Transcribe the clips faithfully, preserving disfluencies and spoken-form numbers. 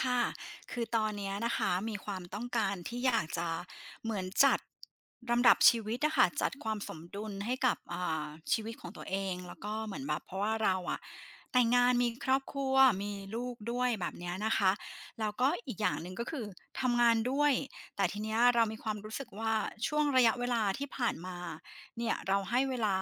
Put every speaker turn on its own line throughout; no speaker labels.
ค่ะคือตอนเนี้ยนะคะมีความต้องการที่อยากจะเหมือนจัดลำดับชีวิตนะคะจัดความสมดุลให้กับอ่าชีวิตของตัวเองแล้วก็เหมือนแบบเพราะว่าเราอะแต่งงานมีครอบครัวมีลูกด้วยแบบเนี้ยนะคะแล้วก็อีกอย่างหนึ่งก็คือทำงานด้วยแต่ทีเนี้ยเรามีความรู้สึกว่าช่วงระยะเวลาที่ผ่านมาเนี่ยเราให้เวลา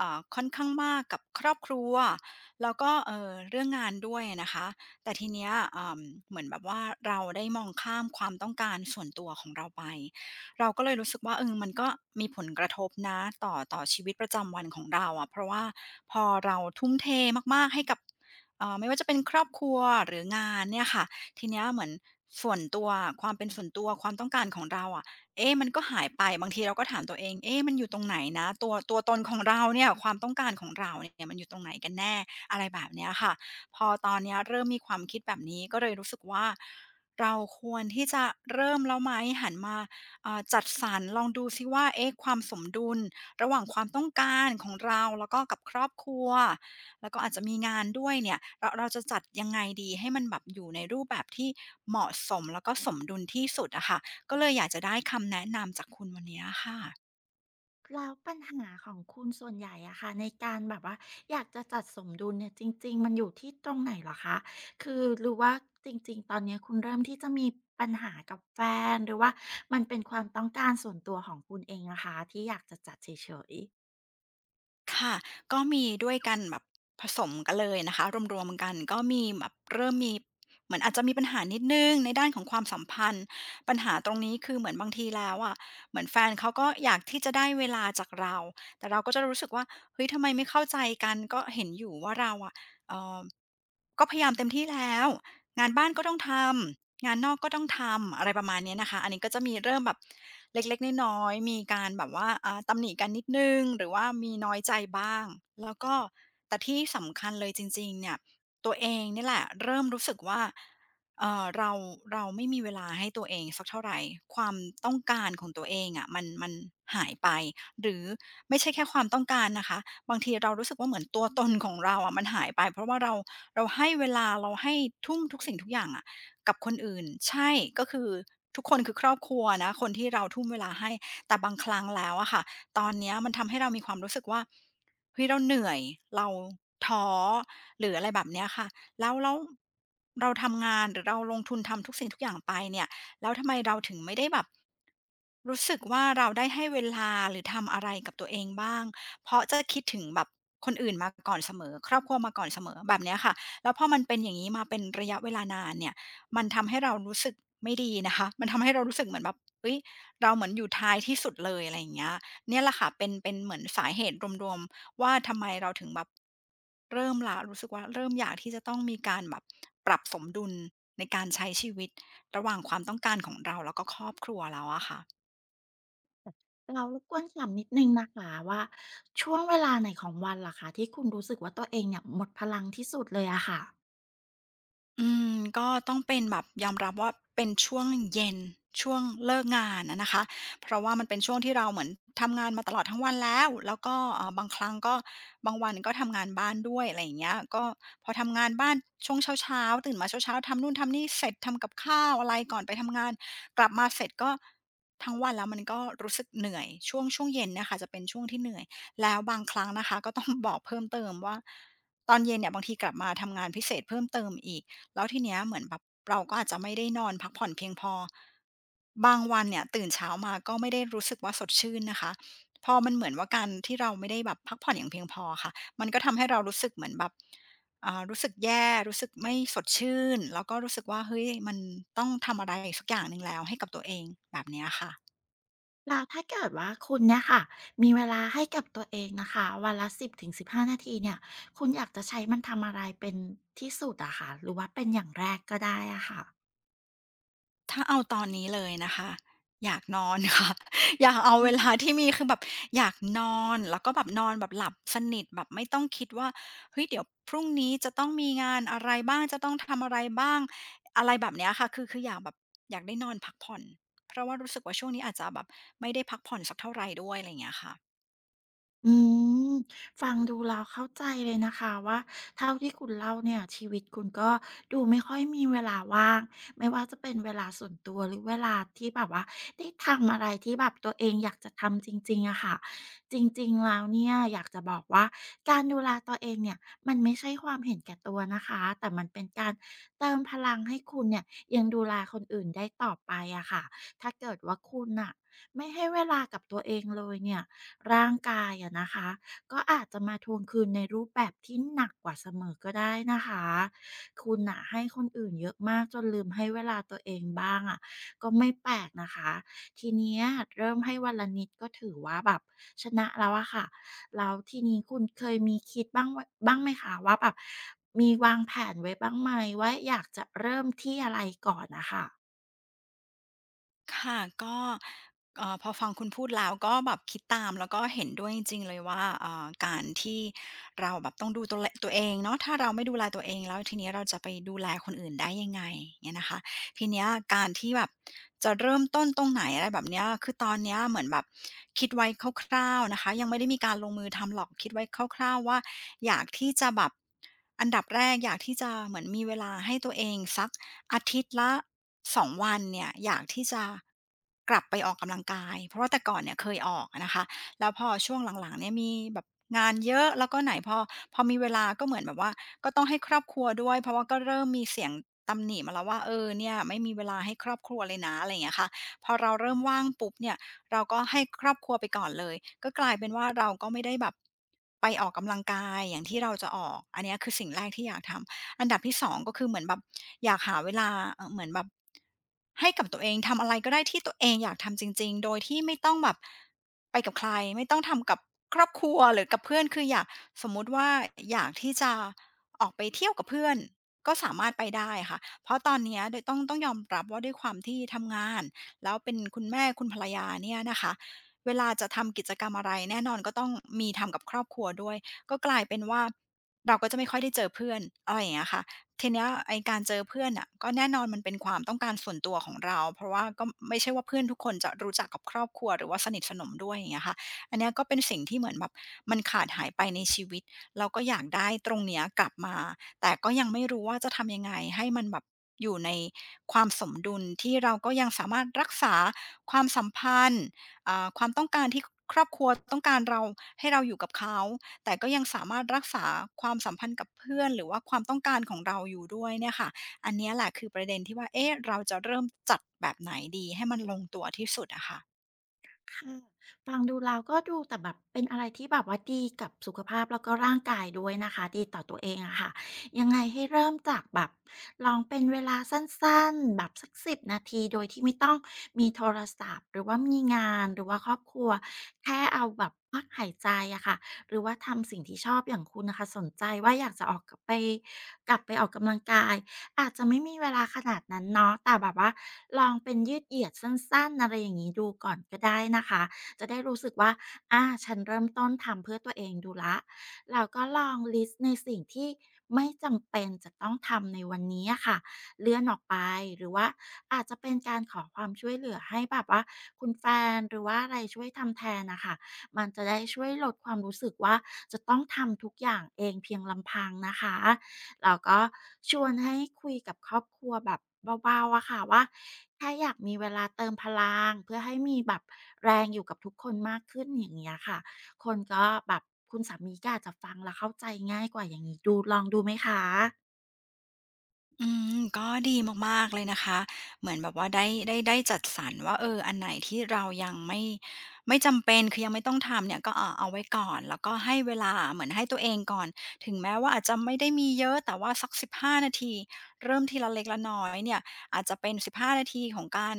อ่าค่อนข้างมากกับครอบครัวแล้วก็เอ่อเรื่องงานด้วยนะคะ แต่ทีเนี้ยอ่าเหมือนแบบว่าเราได้มองข้ามความต้องการส่วนตัวของเราไปเราก็เลยรู้สึกว่าเออมันก็มีผลกระทบนะต่อต่อชีวิตประจำวันของเราอะเพราะว่าพอเราทุ่มเทมากๆให้กับเอ่อไม่ว่าจะเป็นครอบครัวหรืองานเนี่ยค่ะทีเนี้ยเหมือนส่วนตัวความเป็นส่วนตัวความต้องการของเราอะเอ๊ะมันก็หายไปบางทีเราก็ถามตัวเองเอ๊ะมันอยู่ตรงไหนนะตัวตัวตนของเราเนี่ยความต้องการของเราเนี่ยมันอยู่ตรงไหนกันแน่อะไรแบบเนี้ยค่ะ พอตอนเนี้ยเริ่มมีความคิดแบบนี้ก็เลยรู้สึกว่าเราควรที่จะเริ่มแล้วไหมหันมาอ่าจัดสรรลองดูซิว่าเอ๊ะความสมดุลระหว่างความต้องการของเราแล้วก็กับครอบครัวแล้วก็อาจจะมีงานด้วยเนี่ยเราเราจะจัดยังไงดีให้มันแบบอยู่ในรูปแบบที่เหมาะสมแล้วก็สมดุลที่สุดอะค่ะก็เลยอยากจะได้คำแนะนำจากคุณวันเนี้ยค่ะ
แล้วปัญหาของคุณส่วนใหญ่อะค่ะในการแบบว่าอยากจะจัดสมดุลเนี่ยจริงๆมันอยู่ที่ตรงไหนเหรอคะคือหรือว่าจริงๆตอนเนี้ยคุณเริ่มที่จะมีปัญหากับแฟนหรือว่ามันเป็นความต้องการส่วนตัวของคุณเองอะคะที่อยากจะจัดเฉยๆ
ค่ะก็มีด้วยกันแบบผสมกันเลยนะคะรวมๆกันก็มีแบบเริ่มมีเหมือนอาจจะมีปัญหานิดหนึ่งในด้านของความสัมพันธ์ปัญหาตรงนี้คือเหมือนบางทีแล้วอะเหมือนแฟนเขาก็อยากที่จะได้เวลาจากเราแต่เราก็จะรู้สึกว่าเฮ้ยทำไมไม่เข้าใจกันก็เห็นอยู่ว่าเราอะเอ่อก็พยายามเต็มที่แล้วงานบ้านก็ต้องทำ งานนอกก็ต้องทำอะไรประมาณเนี้ยนะคะอันนี้ก็จะมีเริ่มแบบเล็กๆน้อยๆมีการแบบว่าอ่าตำหนิกันนิดนึงหรือว่ามีน้อยใจบ้างแล้วก็แต่ที่สำคัญเลยจริงๆเนี่ยตัวเองนี่แหละเริ่มรู้สึกว่าเอ่อเราเราไม่มีเวลาให้ตัวเองสักเท่าไหรความต้องการของตัวเองอะะมันมันหายไปหรือไม่ใช่แค่ความต้องการนะคะบางทีเรารู้สึกว่าเหมือนตัวตนของเราอะะมันหายไปเพราะว่าเราเราให้เวลาเราให้ทุ่มทุกสิ่งทุกอย่างอะ กับคนอื่นใช่ก็คือทุกคนคือครอบครัวนะคนที่เราทุ่มเวลาให้แต่บางครั้งแล้วอะค่ะตอนเนี้ยมันทำให้เรามีความรู้สึกว่าเฮ้ยเราเหนื่อยเราท้อหรืออะไรแบบเนี้ยค่ะแล้วแล้วเราทำงานหรือเราลงทุนทำทุกสิ่งทุกอย่างไปเนี่ยแล้วทำไมเราถึงไม่ได้แบบรู้สึกว่าเราได้ให้เวลาหรือทำอะไรกับตัวเองบ้างเพราะจะคิดถึงแบบคนอื่นมาก่อนเสมอครอบครัวมาก่อนเสมอแบบเนี้ยค่ะแล้วพอมันเป็นอย่างงี้มาเป็นระยะเวลานานเนี่ย มันทำให้เรารู้สึกไม่ดีนะคะ มันทำให้เรารู้สึกเหมือนแบบเฮ้ยเราเหมือนอยู่ท้ายที่สุดเลยอะไรอย่างเงี้ยเนี่ยแหละค่ะเป็นเป็นเหมือนสาเหตุรวมๆว่าทำไมเราถึงแบบเริ่มละรู้สึกว่าเริ่มอยากที่จะต้องมีการแบบปรับสมดุลในการใช้ชีวิตระหว่างความต้องการของเราแล้วก็ครอบครัวเราอะค่ะ
แล้วรบกวนถามนิดหนึ่งนะคะว่าช่วงเวลาไหนของวันเหรอคะที่คุณรู้สึกว่าตัวเองเนี่ยหมดพลังที่สุดเลยอะค่ะ
อืมก็ต้องเป็นแบบยอมรับว่าเป็นช่วงเย็นช่วงเลิกงานอะนะคะเพราะว่ามันเป็นช่วงที่เราเหมือนทำงานมาตลอดทั้งวันแล้วแล้วก็เอ่อบางครั้งก็บางวันก็ทำงานบ้านด้วยอะไรอย่างเงี้ยก็พอทำงานบ้านช่วงเช้าๆตื่นมาเช้าๆทำนู่นทำนี่เสร็จทำกับข้าวอะไรก่อนไปทำงานกลับมาเสร็จก็ทั้งวันแล้วมันก็รู้สึกเหนื่อยช่วงช่วงเย็นเนี่ยค่ะจะเป็นช่วงที่เหนื่อยแล้วบางครั้งนะคะก็ต้องบอกเพิ่มเติมว่าตอนเย็นเนี่ยบางทีกลับมาทำงานพิเศษเพิ่มเติมอีก แล้วทีเนี้ยเหมือนแบบเราก็อาจจะไม่ได้นอนพักผ่อนเพียงพอบางวันเนี่ยตื่นเช้ามาก็ไม่ได้รู้สึกว่าสดชื่นนะคะพอมันเหมือนว่าการที่เราไม่ได้แบบพักผ่อนอย่างเพียงพอค่ะมันก็ทำให้เรารู้สึกเหมือนแบบอ่ารู้สึกแย่รู้สึกไม่สดชื่นแล้วก็รู้สึกว่าเฮ้ยมันต้องทำอะไรสักอย่างหนึ่งแล้วให้กับตัวเองแบบเนี้ยค่ะ
แล้วถ้าเกิดว่าคุณเนี่ยค่ะมีเวลาให้กับตัวเองนะคะวันละสิบถึงสิบห้านาทีเนี่ยคุณอยากจะใช้มันทำอะไรเป็นที่สุดอะคะหรือว่าเป็นอย่างแรกก็ได้อะค่ะ
ถ้าเอาตอนนี้เลยนะคะอยากนอน ค่ะอยากเอาเวลาที่มีคือแบบอยากนอนแล้วก็แบบนอนแบบหลับสนิทแบบไม่ต้องคิดว่าเฮ้ยเดี๋ยวพรุ่งนี้จะต้องมีงานอะไรบ้างจะต้องทำอะไรบ้างอะไรแบบเนี้ยค่ะคือคืออยากแบบอยากได้นอนพักผ่อนเพราะว่ารู้สึกว่าช่วงนี้อาจจะแบบไม่ได้พักผ่อนสักเท่าไรด้วยอะไรอย่างเงี้ยค่ะ
อืมฟังดูแล้วเข้าใจเลยนะคะว่าเท่าที่คุณเล่าเนี่ยชีวิตคุณก็ดูไม่ค่อยมีเวลาว่างไม่ว่าจะเป็นเวลาส่วนตัวหรือเวลาที่แบบว่าได้ทำอะไรที่แบบตัวเองอยากจะทำจริงๆอะค่ะจริงๆแล้วเนี่ยอยากจะบอกว่าการดูแลตัวเองเนี่ยมันไม่ใช่ความเห็นแก่ตัวนะคะแต่มันเป็นการเติมพลังให้คุณเนี่ยยังดูแลคนอื่นได้ต่อไปอะค่ะถ้าเกิดว่าคุณน่ะไม่ให้เวลากับตัวเองเลยเนี่ย ร่างกายอะนะคะก็อาจจะมาทวงคืนในรูปแบบที่หนักกว่าเสมอก็ได้นะคะคุณน่ะให้คนอื่นเยอะมากจนลืมให้เวลาตัวเองบ้างอะก็ไม่แปลกนะคะทีเนี้ยเริ่มให้วันละนิดก็ถือว่าแบบชนะแล้วอะค่ะแล้วทีนี้คุณเคยมีคิดบ้างไว้บ้างไหมคะว่าแบบมีวางแผนไว้บ้างไหมว่าอยากจะเริ่มที่อะไรก่อนนะค่ะ
ค่ะก็เอ่อพอฟังคุณพูดแล้วก็แบบคิดตามแล้วก็เห็นด้วยจริงๆเลยว่าเอ่อการที่เราแบบต้องดูตัวเลตัวเองเนาะถ้าเราไม่ดูแลตัวเองแล้วทีนี้เราจะไปดูแลคนอื่นได้ยังไงเงี้ยนะคะทีเนี้ยการที่แบบจะเริ่มต้นตรงไหนอะไรแบบเนี้ยคือตอนเนี้ยเหมือนแบบคิดไว้คร่าวๆนะคะยังไม่ได้มีการลงมือทำหรอกคิดไว้คร่าวๆว่าอยากที่จะแบบอันดับแรกอยากที่จะเหมือนมีเวลาให้ตัวเองสัก อาทิตย์ละสองวันเนี่ยอยากที่จะกลับไปออกกำลังกายเพราะว่าแต่ก่อนเนี่ยเคยออกอะนะคะแล้วพอช่วงหลังๆเนี่ยมีแบบงานเยอะแล้วก็ไหนพอพอมีเวลาก็เหมือนแบบว่าก็ต้องให้ครอบครัวด้วยเพราะว่าก็เริ่มมีเสียงตำหนิมาแล้วว่าเออเนี่ยไม่มีเวลาให้ครอบครัวเลยนะอะไรอย่างเงี้ยค่ะพอเราเริ่มว่างปุ๊บเนี่ยเราก็ให้ครอบครัวไปก่อนเลยก็กลายเป็นว่าเราก็ไม่ได้แบบไปออกกำลังกายอย่างที่เราจะออกอันเนี้ยคือสิ่งแรกที่อยากทำ อันดับที่สองก็คือเหมือนแบบอยากหาเวลาเอ่อเหมือนแบบให้กับตัวเองทำอะไรก็ได้ที่ตัวเองอยากทำจริงๆ โดยที่ไม่ต้องแบบไปกับใครไม่ต้องทำกับครอบครัวหรือกับเพื่อนคืออยากสมมุติว่าอยากที่จะออกไปเที่ยวกับเพื่อนก็สามารถไปได้ค่ะเพราะตอนเนี้ยโดยต้องต้องยอมรับว่าด้วยความที่ทำงานแล้วเป็นคุณแม่คุณภรรยาเนี่ยนะคะเวลาจะทำกิจกรรมอะไรแน่นอนก็ต้องมีทำกับครอบครัวด้วยก็กลายเป็นว่า เราก็จะไม่ค่อยได้เจอเพื่อนอะไรอย่างเงี้ยค่ะทีเนี้ยไอ้การเจอเพื่อนน่ะก็แน่นอนมันเป็นความต้องการส่วนตัวของเราเพราะว่าก็ไม่ใช่ว่าเพื่อนทุกคนจะรู้จักกับครอบครัวหรือว่าสนิทสนมด้วยอย่างเงี้ยค่ะอันเนี้ยก็เป็นสิ่งที่เหมือนแบบมันขาดหายไปในชีวิตเราก็อยากได้ตรงเนี้ยกลับมาแต่ก็ยังไม่รู้ว่าจะทำยังไงให้มันแบบอยู่ในความสมดุลที่เราก็ยังสามารถรักษาความสัมพันธ์อ่าความต้องการที่ครอบครัวต้องการเราให้เราอยู่กับเขา แต่ก็ยังสามารถรักษาความสัมพันธ์กับเพื่อนหรือว่าความต้องการของเราอยู่ด้วยเนี่ยค่ะอันเนี้ยแหละคือประเด็นที่ว่าเอ๊ะเราจะเริ่มจัดแบบไหนดีให้มันลงตัวที่สุดอะค่ะ
ค่ะฟังดูแล้วก็ดูแต่แบบเป็นอะไรที่แบบว่าดีกับสุขภาพแล้วก็ร่างกายด้วยนะคะดีต่อตัวเองอะค่ะยังไงให้เริ่มจากแบบลองเป็นเวลาสั้นๆแบบสักสิบนาทีโดยที่ไม่ต้องมีโทรศัพท์หรือว่ามีงานหรือว่าครอบครัวแค่เอาแบบพักหายใจอะค่ะหรือว่าทำสิ่งที่ชอบอย่างคุณนะค่ะสนใจว่าอยากจะออกกลับไปกลับไปออกกำลังกาย อาจจะไม่มีเวลาขนาดนั้นเนาะแต่แบบว่าลองเป็นยืดเหยียดสั้นๆอะไรอย่างนี้ดูก่อนก็ได้นะคะจะได้รู้สึกว่าอาฉันเริ่มต้นทำเพื่อตัวเองดูแล้วแล้วก็ลองลิสต์ในสิ่งที่ไม่จำเป็นจะต้องทำในวันนี้อะค่ะ เลื่อนออกไปหรือว่าอาจจะเป็นการขอความช่วยเหลือให้แบบว่าคุณแฟนหรือว่าอะไรช่วยทำแทนน่ะค่ะมันจะได้ช่วยลดความรู้สึกว่าจะต้องทำทุกอย่างเองเพียงลำพังนะคะ เราก็ชวนให้คุยกับครอบครัวแบบเบาๆอะค่ะว่าแค่อยากมีเวลาเติมพลังเพื่อให้มีแบบแรงอยู่กับทุกคนมากขึ้นอย่างเงี้ยค่ะคนก็แบบคุณสามีก็อาจจะฟังแล้วเข้าใจง่ายกว่าอย่างนี้ดูลองดูไหมคะ
อืมก็ดีมากๆเลยนะคะ เหมือนแบบว่าได้ได้ได้จัดสรรว่าเอออันไหนที่เรายังไม่ไม่จำเป็นคือยังไม่ต้องทำเนี่ยก็อ่าเอาไว้ก่อนแล้วก็ให้เวลาเหมือนให้ตัวเองก่อนถึงแม้ว่าอาจจะไม่ได้มีเยอะแต่ว่าสักสิบานาทีเริ่มทีละเล็กละน้อยเนี่ยอาจจะเป็นสิบห้านาทีของการ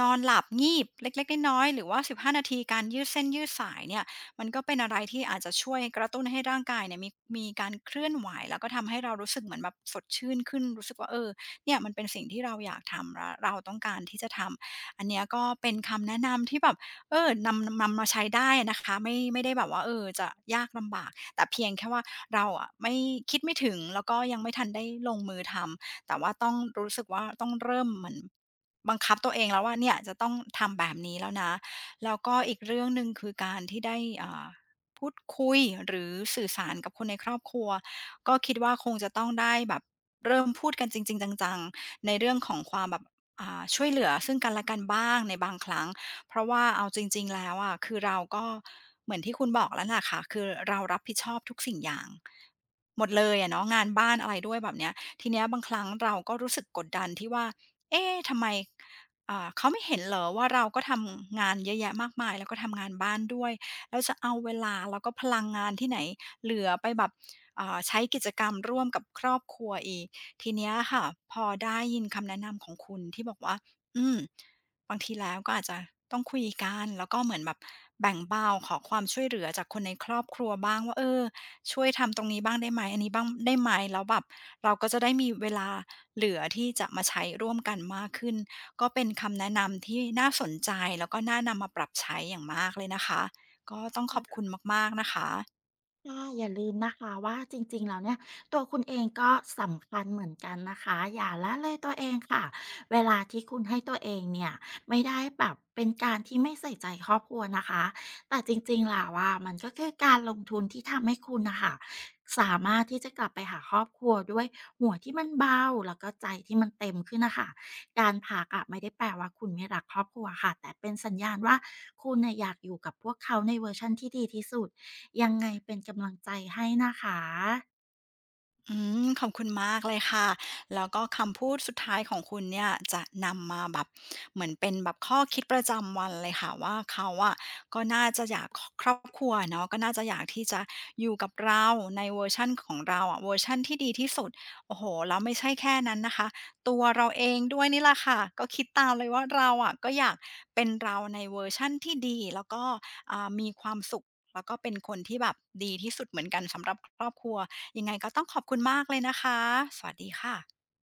นอนหลับงีบเล็กๆน้อยๆหรือว่าสิบห้านาทีการยืดเส้นยืดสายเนี่ย มันก็เป็นอะไรที่อาจจะช่วยกระตุ้นให้ร่างกายเนี่ยมีมีการเคลื่อนไหวแล้วก็ทำให้เรารู้สึกเหมือนแบบสดชื่นขึ้นรู้สึกว่าเออเนี่ยมันเป็นสิ่งที่เราอยากทำรเราต้องการที่จะทำอันเนี้ยก็เป็นคำแนะนำที่แบบเออนำนำมาใช้ได้นะคะไม่ไม่ได้แบบว่าเออจะยากลำบากแต่เพียงแค่ว่าเราอะไม่คิดไม่ถึงแล้วก็ยังไม่ทันได้ลงมือทำแต่ว่าต้องรู้สึกว่าต้องเริ่มเหมือนบังคับตัวเองแล้วว่าเนี่ยจะต้องทำแบบนี้แล้วนะ แล้วก็อีกเรื่องหนึ่งคือการที่ได้อ่าพูดคุยหรือสื่อสารกับคนในครอบครัวก็คิดว่าคงจะต้องได้แบบเริ่มพูดกันจริงๆจังๆในเรื่องของความแบบอ่าช่วยเหลือซึ่งกันและกันบ้างในบางครั้งเพราะว่าเอาจริงๆแล้วอะคือเราก็เหมือนที่คุณบอกแล้วแหละค่ะคือเรารับผิดชอบทุกสิ่งอย่างหมดเลยอะเนาะงานบ้านอะไรด้วยแบบเนี้ยทีเนี้ยบางครั้งเราก็รู้สึกกดดันที่ว่าเอ๊ะทำไม อ่าเขาไม่เห็นเหรอว่าเราก็ทำงานเยอะแยะมากมายแล้วก็ทำงานบ้านด้วยแล้วจะเอาเวลาแล้วก็พลังงานที่ไหนเหลือไปแบบอ่าใช้กิจกรรมร่วมกับครอบครัวอีกทีเนี้ยค่ะพอได้ยินคำแนะนำของคุณที่บอกว่าอืมบางทีแล้วก็อาจจะต้องคุยกันแล้วก็เหมือนแบบแบ่งเบาขอความช่วยเหลือจากคนในครอบครัวบ้างว่าเออ ช่วยทำตรงนี้บ้างได้ไหมอันนี้บ้างได้ไหมแล้วแบบเราก็จะได้มีเวลาเหลือที่จะมาใช้ร่วมกันมากขึ้นก็เป็นคำแนะนำที่น่าสนใจแล้วก็น่านำมาปรับใช้อย่างมากเลยนะคะก็ต้องขอบคุณมากๆนะคะ
ค่ะอย่าลืมนะคะว่าจริงๆแล้วเนี่ยตัวคุณเองก็สำคัญเหมือนกันนะคะอย่าละเลยตัวเองค่ะเวลาที่คุณให้ตัวเองเนี่ยไม่ได้แบบเป็นการที่ไม่ใส่ใจครอบครัวนะคะแต่จริงๆล่ะว่ามันก็คือการลงทุนที่ทำให้คุณนะคะสามารถที่จะกลับไปหาครอบครัวด้วยหัวที่มันเบาแล้วก็ใจที่มันเต็มขึ้นนะคะการพักอะไม่ได้แปลว่าคุณไม่รักครอบครัวค่ะแต่เป็นสัญญาณว่าคุณเน่ยอยากอยู่กับพวกเขาในเวอร์ชันที่ดีที่สุด ยังไงเป็นกำลังใจให้นะคะ
อืมขอบคุณมากเลยค่ะ แล้วก็คำพูดสุดท้ายของคุณเนี่ยจะนำมาแบบเหมือนเป็นแบบข้อคิดประจำวันเลยค่ะว่าเขาอะก็น่าจะอยากคครอบครัวเนาะก็น่าจะอยากที่จะอยู่กับเราในเวอร์ชันของเราอะเวอร์ชันที่ดีที่สุดโอ้โฮแล้วไม่ใช่แค่นั้นนะคะตัวเราเองด้วยนี่แหละค่ะก็คิดตามเลยว่าเราอะก็อยากเป็นเราในเวอร์ชันที่ดีแล้วก็อ่ามีความสุข แล้วก็เป็นคนที่แบบดีที่สุดเหมือนกันสำหรับครอบครัวยังไงก็ต้องขอบคุณมากเลยนะคะสวัสดีค่ะ